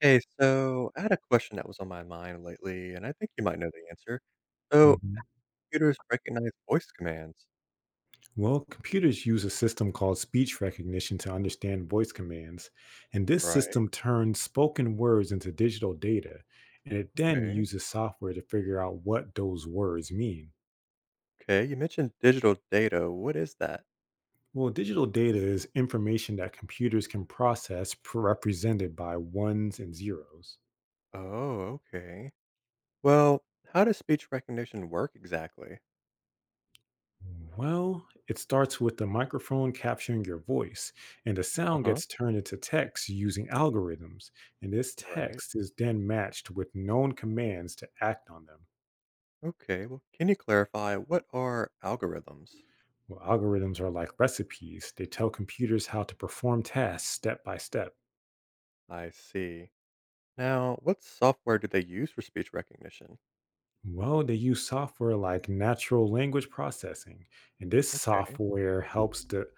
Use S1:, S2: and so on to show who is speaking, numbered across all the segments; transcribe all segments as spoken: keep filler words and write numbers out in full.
S1: Hey, so I had a question that was on my mind lately, and I think you might know the answer. So
S2: Mhm.
S1: computers recognize voice commands,
S2: Well, computers use a system called speech recognition to understand voice commands, and this
S1: right?
S2: system turns spoken words into digital data, and it then
S1: Okay,
S2: uses software to figure out what those words mean.
S1: okay. You mentioned digital data. What is that?
S2: Well, digital data is information that computers can process pre- represented by ones and zeros.
S1: Oh, okay. Well, how does speech recognition work exactly?
S2: Well, it starts with the microphone capturing your voice, and the sound
S1: Uh-huh.
S2: gets turned into text using algorithms. And this
S1: Right.
S2: text is then matched with known commands to act on them.
S1: Okay. Well, can you clarify what are algorithms?
S2: Well, algorithms are like recipes, they tell computers how to perform tasks step by step.
S1: I see. Now, what software do they use for speech recognition?
S2: Well, they use software like natural language processing, and this
S1: Okay.
S2: software helps the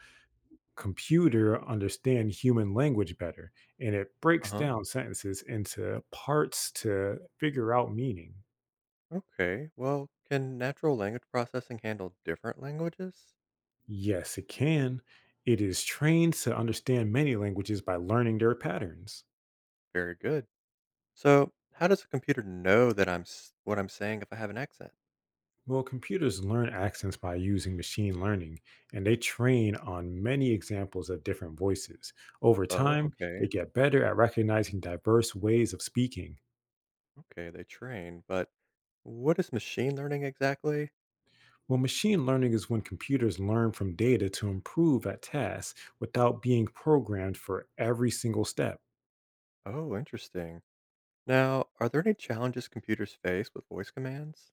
S2: computer understand human language better and it breaks
S1: Uh-huh.
S2: down sentences into parts to figure out meaning.
S1: Okay, well, can natural language processing handle different languages?
S2: Yes, it can. It is trained to understand many languages by learning their patterns.
S1: Very good. So, how does a computer know that I'm s- what I'm saying if I have an accent?
S2: Well, computers learn accents by using machine learning, and they train on many examples of different voices. Over
S1: Oh,
S2: time,
S1: okay.
S2: they get better at recognizing diverse ways of speaking.
S1: Okay, they train, but what is machine learning exactly?
S2: Well, machine learning is when computers learn from data to improve at tasks without being programmed for every single step.
S1: Oh, interesting. Now, are there any challenges computers face with voice commands?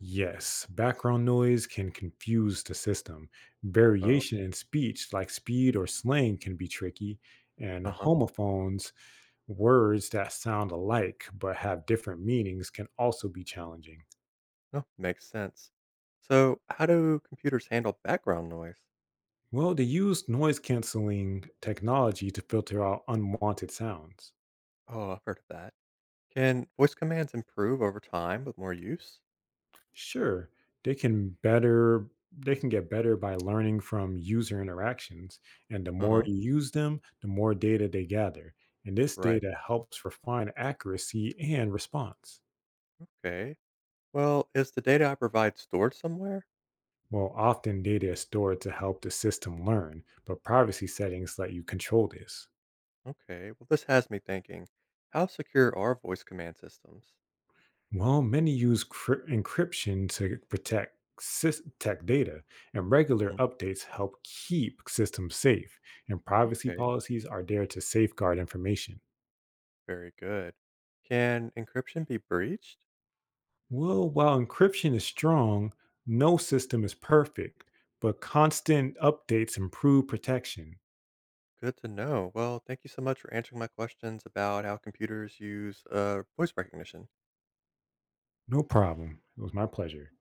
S2: Yes, background noise can confuse the system.
S1: Oh,
S2: Variation in speech, like speed or slang, can be tricky. And
S1: uh-huh.
S2: homophones, words that sound alike but have different meanings, can also be challenging.
S1: No, makes sense. So, how do computers handle background noise?
S2: Well, they use noise canceling technology to filter out unwanted sounds.
S1: Oh, I've heard of that. Can voice commands improve over time with more use?
S2: Sure, they can better they can get better by learning from user interactions, and the more
S1: Uh-huh.
S2: you use them, the more data they gather. And this
S1: Right.
S2: data helps refine accuracy and response.
S1: Okay. Well, is the data I provide stored somewhere?
S2: Well, often data is stored to help the system learn, but privacy settings let you control this.
S1: Okay. Well, this has me thinking. How secure are voice command systems?
S2: Well, many use cryp- encryption to protect sys- tech data, and regular
S1: Mhm.
S2: updates help keep systems safe, and privacy
S1: Okay.
S2: policies are there to safeguard information.
S1: Very good. Can encryption be breached?
S2: Well, while encryption is strong, no system is perfect, but constant updates improve protection.
S1: Good to know. Well, thank you so much for answering my questions about how computers use uh, voice recognition.
S2: No problem. It was my pleasure.